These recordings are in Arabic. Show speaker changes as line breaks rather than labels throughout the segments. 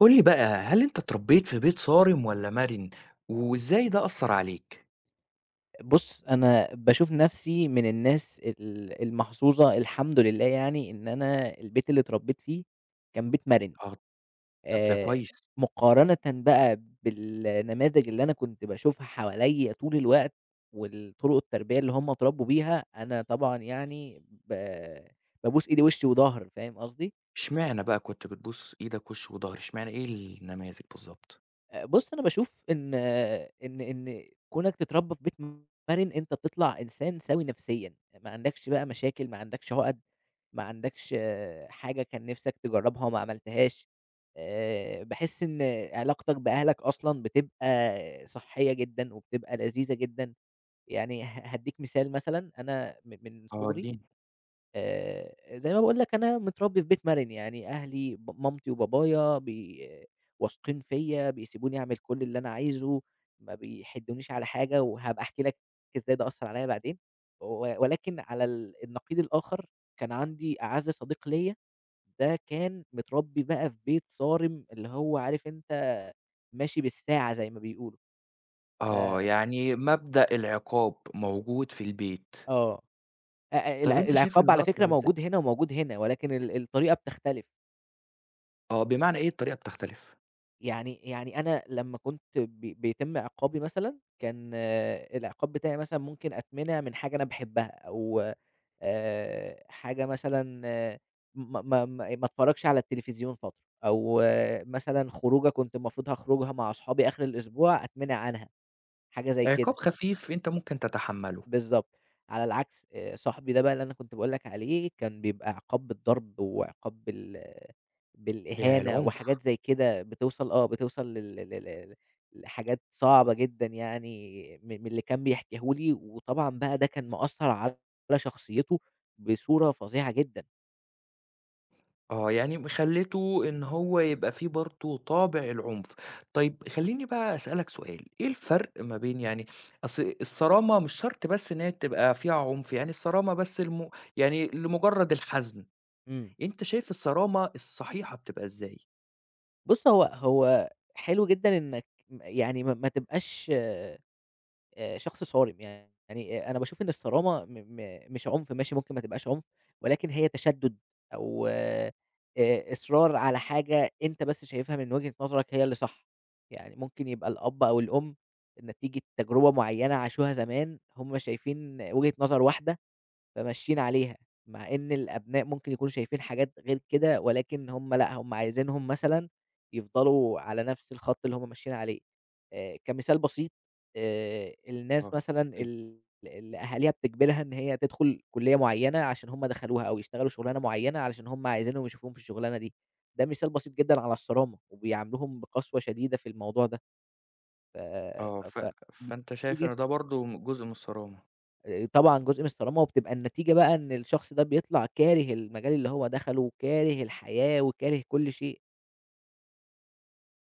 قُل لي بقى، هل أنت اتربّيت في بيت صارم والّا مرِن، وإزاي ده أثّر عليك؟
بُص، أنا باشوف نَفْسي من الناس المحظوظة الحمد لله يعني إن أنا البيت اللي اتربّيت فيه كان بيت مَرِن،
آه، طب ده
آآ
كويس،
مقارنةً بقى بالنماذج اللي أنا كنت باشوفها حواليّا طول الوقت والطُرُق التربية اللي هم اتربّوا بيها، أنا طبعًا يعني بابوس إيدي وِشّي وضهر، فاهم قصدي؟
إشمعنى بقى كنت بتبوس إيدك وِش وضهر، إشمعنى إيه النماذج بالضبط؟
بُص، أنا باشوف إن آه، إن إن كونك تتربى في بيت مرن، أنت بتطلع إنسان سوي نفسيًا، ما عندكش بقى مشاكل، ما عندكش عُقَد، ما عندكش حاجة كان نِفْسك تجرّبها وما عملتهاش، باحس إن علاقتك بأهلك أصلًا بتبقى صحّية جدًا وبتبقى لذيذة جدًا، يعني هادّيك مثال مثلًا، أنا من
آه
صُغري
ادّيني
زي ما باقول لك أنا متربّي في بيت مَرِن، يعني أهلي مامتي وبابايا واثقين فيّا، بيسيبوني أعمل كل اللي أنا عايزه، ما بيحدّونيش على حاجة، وهابقى أحكي لك إزاي ده أثّر عليّا بعدين، ولكن على النقيض الآخر كان عندي أعَز صديق ليّا، ده كان متربّي بقى في بيت صارم، اللي هو عارف أنت ماشي بالساعة زي ما بيقولوا، ف
آه، يعني مبدأ العقاب موجود في البيت،
آه، أ أ
طب
الع
أنت شايف
العقاب
إن
على
ده أثّر
فكرة
عليك إزاي؟
موجود هنا وموجود هنا، ولكن الطريقة بتختلف.
آه، بمعنى إيه الطريقة بتختلف؟
يعني أنا لمّا كنت بيتم عقابي مثلًا، كان العقاب بتاعي مثلًا ممكن أتمنع من حاجة أنا باحبها، أو حاجة مثلًا ما اتفرجش على التلفزيون فترة، أو مثلًا خروجة كنت المفروض هاخرجها مع أصحابي آخر الأسبوع أتمنع عنها، حاجة زي
عقاب
كده.
خفيف أنت ممكن تتحمّله،
بالضبط، على العكس صاحبي ده بقى اللي أنا كنت باقول لك عليه كان بيبقى عقاب بالضرب وعقاب
ياه
بالإهانة
العنف!
وحاجات زي كده بتوصل بتوصل لل لل لل لحاجات صعبة جدًا يعني من اللي كان بيحكيه لي، وطبعًا بقى ده كان مأثّر على شخصيته بصورة فظيعة جدًا.
آه، يعني خلّيته إن هو يبقى فيه برضه طابع العُنف. طيب خلّيني بقى أسألك سؤال، إيه الفرق ما بين يعني أصل الصرامة مش شرط بس إن هي تبقى فيها عُنف، يعني الصرامة بس الم يعني لمُجرّد الحزم،
إمم.
أنت شايف الصرامة الصحيحة بتبقى إزاي؟
بُص هو حلو جدًا إنك يعني ما تبقاش شخص صارم، يعني أنا باشوف إن الصرامة م م مش عنف ماشي ممكن ما تبقاش عنف، ولكن هي تشدُّد أو إصرار على حاجة أنت بس شايفها من وجهة نظرك هي اللي صح، يعني ممكن يبقى الأب أو الأم نتيجة تجربة معيّنة عاشوها زمان، هُم شايفين وجهة نظر واحدة فماشيين عليها، مع إن الأبناء ممكن يكونوا شايفين حاجات غير كده، ولكن هُم لأ، هُم عايزينهم مثلًا يفضلوا على نفس الخط اللي هُم ماشيين عليه. كمثال بسيط،
آه،
الناس مثلًا
أوكي.
اللي أهاليها بتجبرها إن هي تدخل كُلّية معيّنة عشان هُم دخلوها، أو يشتغلوا شغلانة معيّنة علشان هُم عايزينهم يشوفوهم في الشغلانة دي. ده مثال بسيط جدًا على الصرامة، وبيعاملوهم بقسوة شديدة في الموضوع ده. ف
آه، ف
ف ف
فأنت شايف إن ده برضه م جزء من الصرامة.
طبعًا جزء من الصرامة، وبتبقى النتيجة بقى إن الشخص ده بيطلع كاره المجال اللي هو دخله، وكاره الحياة، وكاره كل شيء.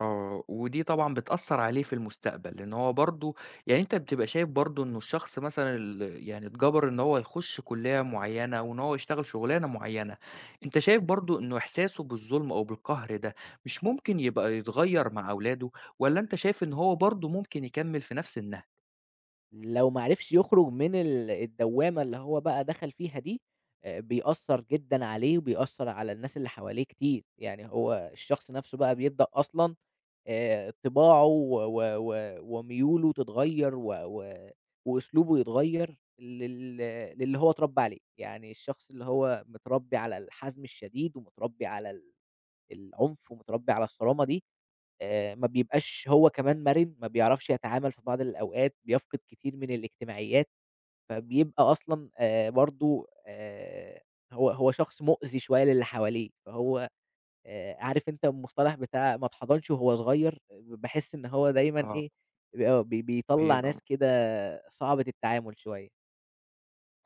آه، ودي طبعًا بتأثّر عليه في المستقبل، لإن هو برضه يعني أنت بتبقى شايف برضه إنه الشخص مثلًا ال يعني اتجبر إن هو يخُش كُلّية معيّنة وإن هو يشتغل شُغلانة معيّنة، أنت شايف برضه إنه إحساسه بالظُلم أو بالقهر ده مش ممكن يبقى يتغيّر مع أولاده والّا أنت شايف إن هو برضه ممكن يكمّل في نَفْس النهج؟
لو ما عرفش يخرج من الدوامة اللي هو بقى دخل فيها دي، بيأثّر جدًا عليه، وبيأثّر على الناس اللي حواليه كتير. يعني هو الشخص نفسه بقى بيبدأ أصلًا طباعه و و و وميوله تتغيّر، و و وأسلوبه يتغيّر للي هو اتربى عليه. يعني الشخص اللي هو متربي على الحزم الشديد، ومتربي على العنف ومتربي على الصرامة دي، ما بيبقاش هو كمان مرِن، ما بيعرفش يتعامل في بعض الأوقات، بيفقد كتير من الاجتماعيات، فبيبقى أصلًا برضه هو شخص مؤذي شوية للي حواليه، فهو عارف أنت المصطلح بتاع ما اتحضنش وهو صغير، باحس إن هو دايمًا
آه،
إيه، بيبقى بيطلّع
بيبقى
ناس كده صعبة التعامل شوية.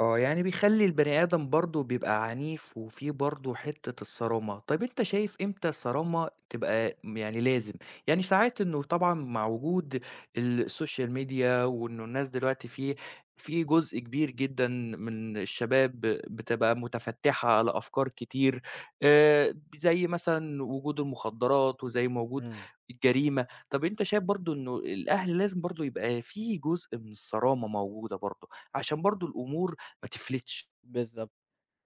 آه، يعني بيخلّي البني آدم برضه بيبقى عنيف وفيه برضه حتّة الصرامة. طيب أنت شايف إمتى الصرامة تبقى م يعني لازم؟ يعني ساعات إنه طبعًا مع وجود السوشيال ميديا وإنه الناس دلوقتي في جزء كبير جدًا من الشباب بتبقى مُتفتِّحة على أفكار كتير زي مثلًا وجود المخدرات وزي ما وجود
إمم.
الجريمة. طب أنت شايف برضه إنه الأهل لازم برضه يبقى في جزء من الصرامة موجودة برضه، عشان برضه الأمور ما تفلتش.
بالضبط.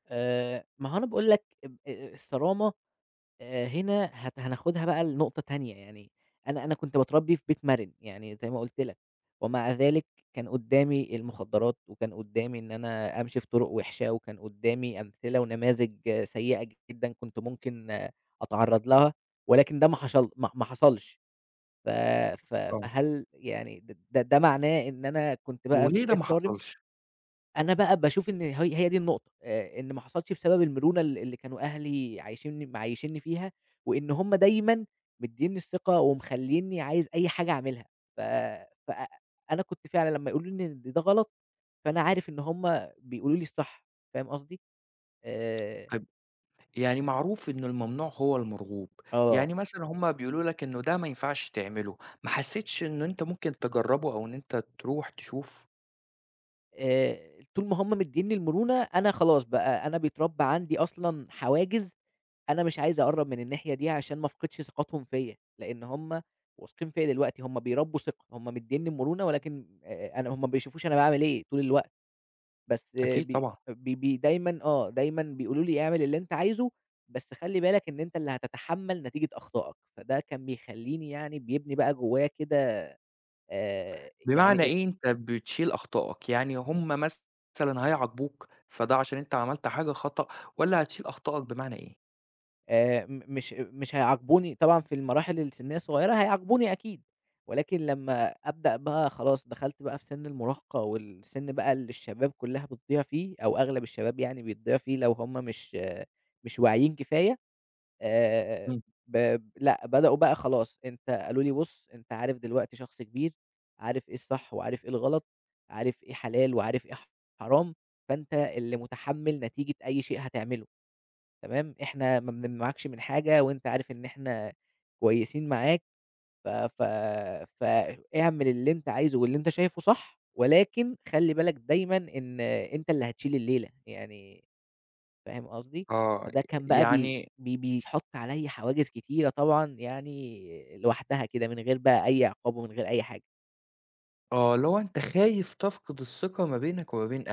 ما هو أنا باقول لك اب الصرامة هنا هناخدها بقى لنقطة تانية، يعني أنا كنت باتربّي في بيت مَرِن، يعني زي ما قُلت لك، ومع ذلك كان قدّامي المخدرات، وكان قدّامي إن أنا أمشي في طرق وِحشة، وكان قدّامي أمثلة ونماذج سيئة جدًا كنت ممكن أتعرّض لها، ولكن ده ما حصلش، ف ف
آه.
فهل يعني د ده ده معناه إن أنا كنت بقى في
وليه ده
بيت
ما
صارم؟
حصلش؟
أنا بقى باشوف إن هي دي النقطة، إن ما حصلش بسبب المرونة اللي كانوا أهلي عايشينّي معيّشينّي فيها، وإن هُم دايمًا مدّينّي الثقة ومخلّينّي عايز أي حاجة أعملها، ف ف أنا كنت فعلًا لمّا يقولوا لي إن ده غلط، فأنا عارف إن هُم بيقولوا لي الصح، فاهم قصدي؟ آآ
طيب يعني معروف إن الممنوع هو المرغوب،
آه،
يعني مثلًا هُم بيقولوا لك إنه ده ما ينفعش تعمله، ما حسيتش إن أنت ممكن تجربه أو إن أنت تروح تشوف؟
طول ما هُم مدّينّي المرونة، أنا خلاص بقى أنا بيتربى عندي أصلًا حواجز أنا مش عايز أقرّب من الناحية دي عشان ما أفقدش ثقتهم فيّا، لإن هُم واثقين فيّا دلوقتي، هُم بيربّوا ثقة، هُم مدّينّي المرونة ولكن أنا هُم ما بيشوفوش أنا باعمل إيه طول الوقت، بس آه،
أكيد
بي
طبعًا،
بي بي دايمًا دايمًا بيقولوا لي اعمل اللي أنت عايزه، بس خلّي بالك إن أنت اللي هتتحمّل نتيجة أخطائك، فده كان بيخلّيني يعني بيبني بقى جوّايا كده يعني
بمعنى إيه أنت بتشيل أخطائك، يعني هُم مثلًا هيعاقبوك فده عشان أنت عملت حاجة خطأ والّا هتشيل أخطائك بمعنى إيه؟
م مش مش هيعاقبوني طبعًا في المراحل السنية الصغيرة هيعاقبوني أكيد، ولكن لمّا أبدأ بقى خلاص دخلت بقى في سِن المراهقة والسِن بقى اللي الشباب كلّها بتضيع فيه أو أغلب الشباب يعني بيضيع فيه لو هم مش مش واعيين كفاية، آآ
إمم.
ب لأ بدأوا بقى خلاص أنت قالوا لي بُص أنت عارف دلوقتي شخص كبير، عارف إيه الصح وعارف إيه الغلط، عارف إيه حلال وعارف إيه حرام، فأنت اللي مُتحمّل نتيجة أي شيء هتعمله. تمام، إحنا ما بنمنعكش من حاجة وأنت عارف إن إحنا كويسين معاك ف ف فاعمل اللي أنت عايزه واللي أنت شايفه صح، ولكن خلّي بالك دايمًا إن أنت اللي هتشيل الليلة، يعني فاهم قصدي؟
آه،
فده كان بقى بي
يعني
بي بيحط عليَّ حواجز كتيرة طبعًا يعني لوحدها كده من غير بقى أي عقاب ومن غير أي حاجة.
آه، اللي هو أنت خايف تفقد الثقة ما بينك وما بين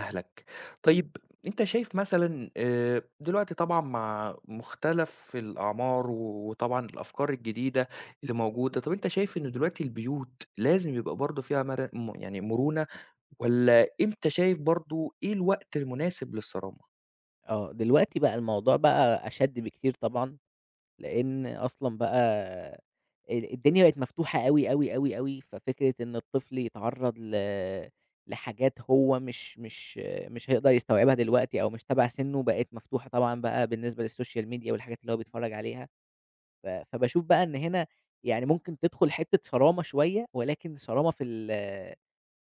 أهلك. طيب أنت شايف مثلًا دلوقتي طبعًا مع مختلف الأعمار و وطبعًا الأفكار الجديدة اللي موجودة، طب أنت شايف إن دلوقتي البيوت لازم يبقى برضه فيها مر م يعني مرونة والّا إمتى شايف برضه إيه الوقت المناسب للصرامة؟
آه، دلوقتي بقى الموضوع بقى أشَد بكتير طبعًا. لإن أصلًا بقى الدنيا بقت مفتوحة أوي، أوي، أوي، أوي، ففكرة إن الطفل يتعرّض لحاجات هو مش هيقدر يستوعبها دلوقتي أو مش تبع سِنُّه بقت مفتوحة طبعًا بقى بالنسبة للSocial media والحاجات اللي هو بيتفرّج عليها، ف فباشوف بقى إن هنا يعني ممكن تدخُل حتّة صرامة شوية ولكن صرامة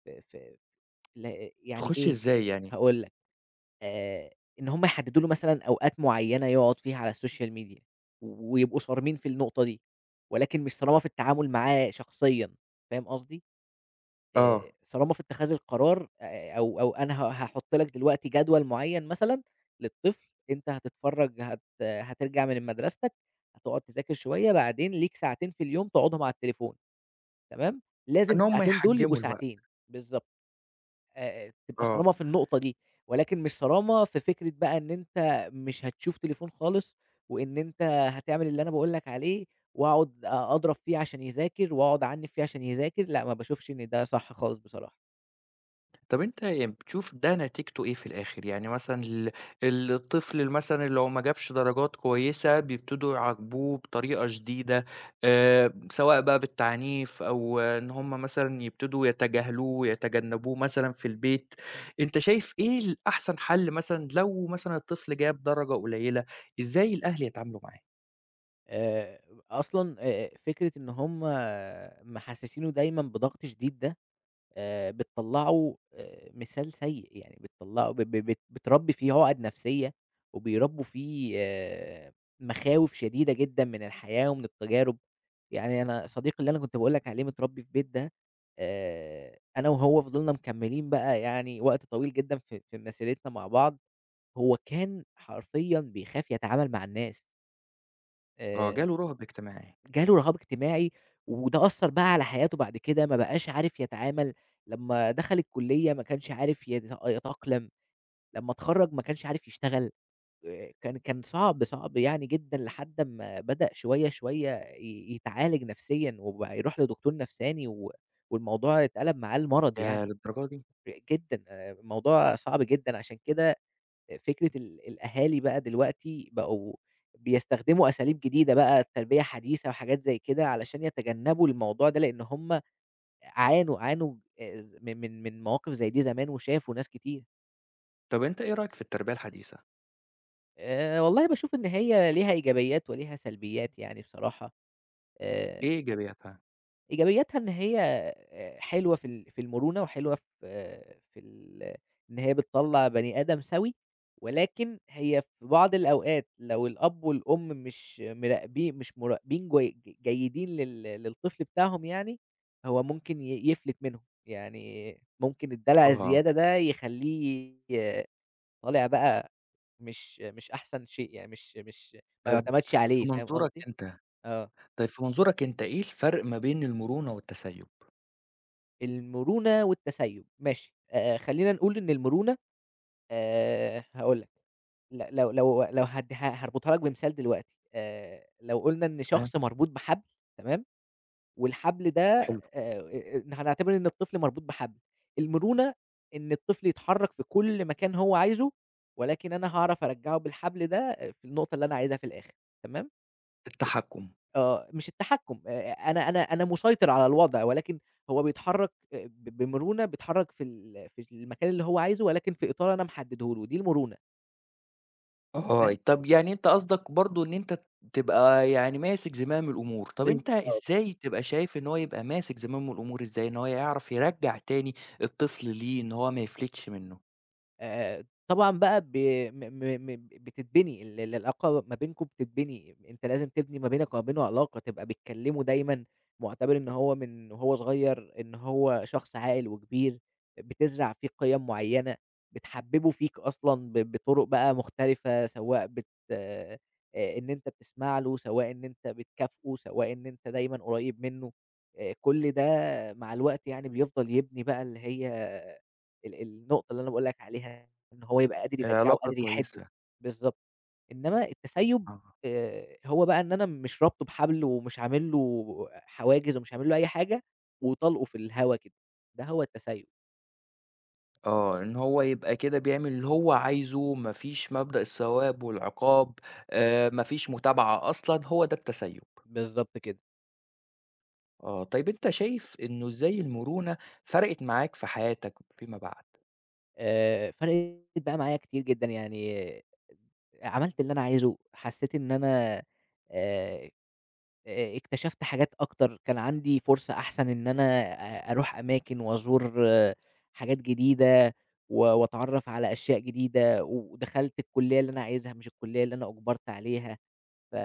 في في في ال يعني
تخش
إيه،
إزاي يعني؟
هاقول لك. آآ، إن هم يحددوا له مثلًا أوقات معيّنة يقعد فيها على السوشيال ميديا، ويبقوا صارمين في النقطة دي، ولكن مش صرامة في التعامل معاه شخصيًا، فاهم قصدي؟
آه،
صرامة في اتخاذ القرار أو أنا هاحط لك دلوقتي جدول معيّن مثلًا للطفل، أنت هتتفرج هت هترجع من مدرستك، هتقعد تذاكر شوية، بعدين ليك ساعتين في اليوم تقعدهم على التليفون، تمام؟ لازم
إن هم
الساعتين دول يبقوا
يحجموا الوقت،
ساعتين، بالضبط. تبقى
آه.
صرامة في النقطة دي، ولكن مش صرامة في فكرة بقى إن أنت مش هتشوف تليفون خالص، وإن أنت هتعمل اللي أنا باقول لك عليه، وأقعد أضرب فيه عشان يذاكر، وأقعد أعنِّف فيه عشان يذاكر، لأ، ما باشوفش إن ده صح خالص بصراحة.
طب أنت يعني بتشوف ده نتيجته إيه في الآخر؟ يعني مثلًا ال الطفل ال مثلًا اللي هو ما جابش درجات كويسة بيبتدوا يعاقبوه بطريقة شديدة، سواء بقى بالتعنيف أو آه، إن هم مثلًا يبتدوا يتجاهلوه، يتجنبوه مثلًا في البيت، أنت شايف إيه الأحسن حل مثلًا لو مثلًا الطفل جاب درجة قليلة، إزاي الأهل يتعاملوا معاه؟
آآ أصلًا فكرة إن هُم محسسينه دايمًا بضغط شديد ده بتطلّعه مثال سيء، يعني بتطلّعه ب ب بت بتربّي فيه عُقَد نفسية، وبيربّوا فيه مخاوف شديدة جدًا من الحياة ومن التجارب، يعني أنا صديقي اللي أنا كنت باقول لك عليه متربّي في بيت ده، أنا وهو فضلنا مكمّلين بقى يعني وقت طويل جدًا في مسيرتنا مع بعض، هو كان حرفيًا بيخاف يتعامل مع الناس،
آه، جاله
آآ
رهاب اجتماعي.
جاله رهاب اجتماعي، وده أثّر بقى على حياته بعد كده، ما بقاش عارف يتعامل، لمّا دخل الكلية ما كانش عارف يتأقلم، لمّا اتخرّج ما كانش عارف يشتغل، كان صعب، صعب يعني جدًا لحد أمّا بدأ شوية، شوية يتعالج نفسيًا، وبقى يروح لدكتور نفساني، والموضوع اتقلب معاه لمرض يعني،
ياه للدرجة دي!
جدًا، الموضوع صعب جدًا، عشان كده فكرة الأهالي بقى دلوقتي بقوا بيستخدموا أساليب جديدة بقى، تربية حديثة وحاجات زي كده علشان يتجنبوا الموضوع ده، لإن هم عانوا، عانوا من مواقف زي دي زمان وشافوا ناس كتير.
طب أنت إيه رأيك في التربية الحديثة؟
والله باشوف إن هي ليها إيجابيات وليها سلبيات يعني بصراحة. آآ
إيه إيجابياتها؟
إيجابياتها إن هي حلوة في المرونة وحلوة في إن هي بتطلّع بني آدم سَوِي، ولكن هي في بعض الأوقات لو الأب والأم مش مراقبين جي ج جيدين للطفل بتاعهم يعني، هو ممكن يفلت منهم، يعني ممكن الدلع
آه،
الزيادة ده يخلّيه طالع بقى مش أحسن شيء يعني مش ما
طيب
يُعتمدش
في
عليه، فاهم
منظورك
قصدي؟
أنت
آه.
طيب في منظورك أنت إيه الفرق ما بين المرونة والتسيب؟
المرونة والتسيب، ماشي، خلّينا نقول إن المرونة هاقول لك، ل لو لو لو هد ه هاربطها لك بمثال دلوقتي، لو قُلنا إن
تمام.
شخص مربوط بحبل تمام، والحبل ده
حلو،
هنعتبر إن الطفل مربوط بحبل، المرونة إن الطفل يتحرّك في كل مكان هو عايزه، ولكن أنا هاعرف أرجّعه بالحبل ده في النقطة اللي أنا عايزها في الآخر، تمام؟
التحكُّم.
آه، مش التحكُّم، أنا مسيطر على الوضع، ولكن هو بيتحرّك ب بمرونة، بيتحرّك في المكان اللي هو عايزه، ولكن في إطار أنا محدّده له، دي المرونة،
آه،
تمام؟
طب يعني أنت قصدك برضه إن أنت تبقى يعني ماسك زمام الأمور، طب أنت
بالضبط.
إزاي تبقى شايف إن هو يبقى ماسك زمام الأمور إزاي، إن هو يعرف يرجّع تاني الطفل ليه، إن هو ما يفلتش منه؟
طبعًا بقى ب م م م بتتبني ال ال- العلاقة ما بينكم بتتبني، أنت لازم تبني ما بينك وما بينه علاقة، تبقى بتكلمه دايمًا مُعتبر إن هو من وهو صغير إن هو شخص عاقل وكبير، بتزرع فيه قِيَم معيّنة، بتحببه فيك أصلًا بطرق بقى مختلفة، سواء بت آآ إن أنت بتسمع له، سواء إن أنت بتكافئه، سواء إن أنت دايمًا قريب منه، كل ده مع الوقت يعني بيفضل يبني بقى اللي هي النقطة اللي أنا باقول لك عليها، إن هو يبقى قادر يرجّعه
العلاقة
وقادر يحِدّه،
كويسة،
بالضبط. إنما التسيُّب
آه.
هو بقى إن أنا مش رابطه بحبل ومش عامل له حواجز ومش عامل له أي حاجة وطالقه في الهوا كده، ده هو التسيُّب،
آه، إن هو يبقى كده بيعمل اللي هو عايزه، ما فيش مبدأ الثواب والعقاب، ما فيش متابعة أصلًا، هو ده التسيب.
بالضبط كده.
آه، طيب أنت شايف إنه إزاي المرونة فرقت معاك في حياتك فيما بعد؟
فرقِت بقى معايا كتير جدًا، يعني عملت اللي أنا عايزه، حسّيت إن أنا آآ اكتشفت حاجات أكتر، كان عندي فرصة أحسن إن أنا أروح أماكن وأزور حاجات جديدة وأتعرّف على أشياء جديدة، ودخلت الكلية اللي أنا عايزها مش الكلية اللي أنا أُجبرت عليها، ف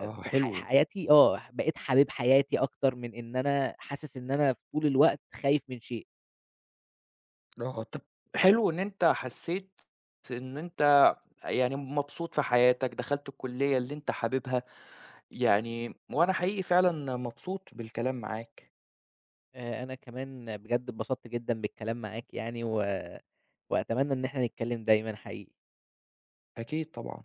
آه،
فح
حلو،
حياتي، بقيت حبيب حياتي أكتر من إن أنا حاسس إن أنا في طول الوقت خايف من شيء.
آه، طب حلو إن أنت حسيت إن أنت يعني مبسوط في حياتك، دخلت الكلية اللي أنت حاببها، يعني وأنا حقيقي فعلًا مبسوط بالكلام معاك،
أنا كمان بجد اتبسطت جدًا بالكلام معاك يعني وأتمنى إن إحنا نتكلم دايمًا حقيقي.
أكيد طبعًا.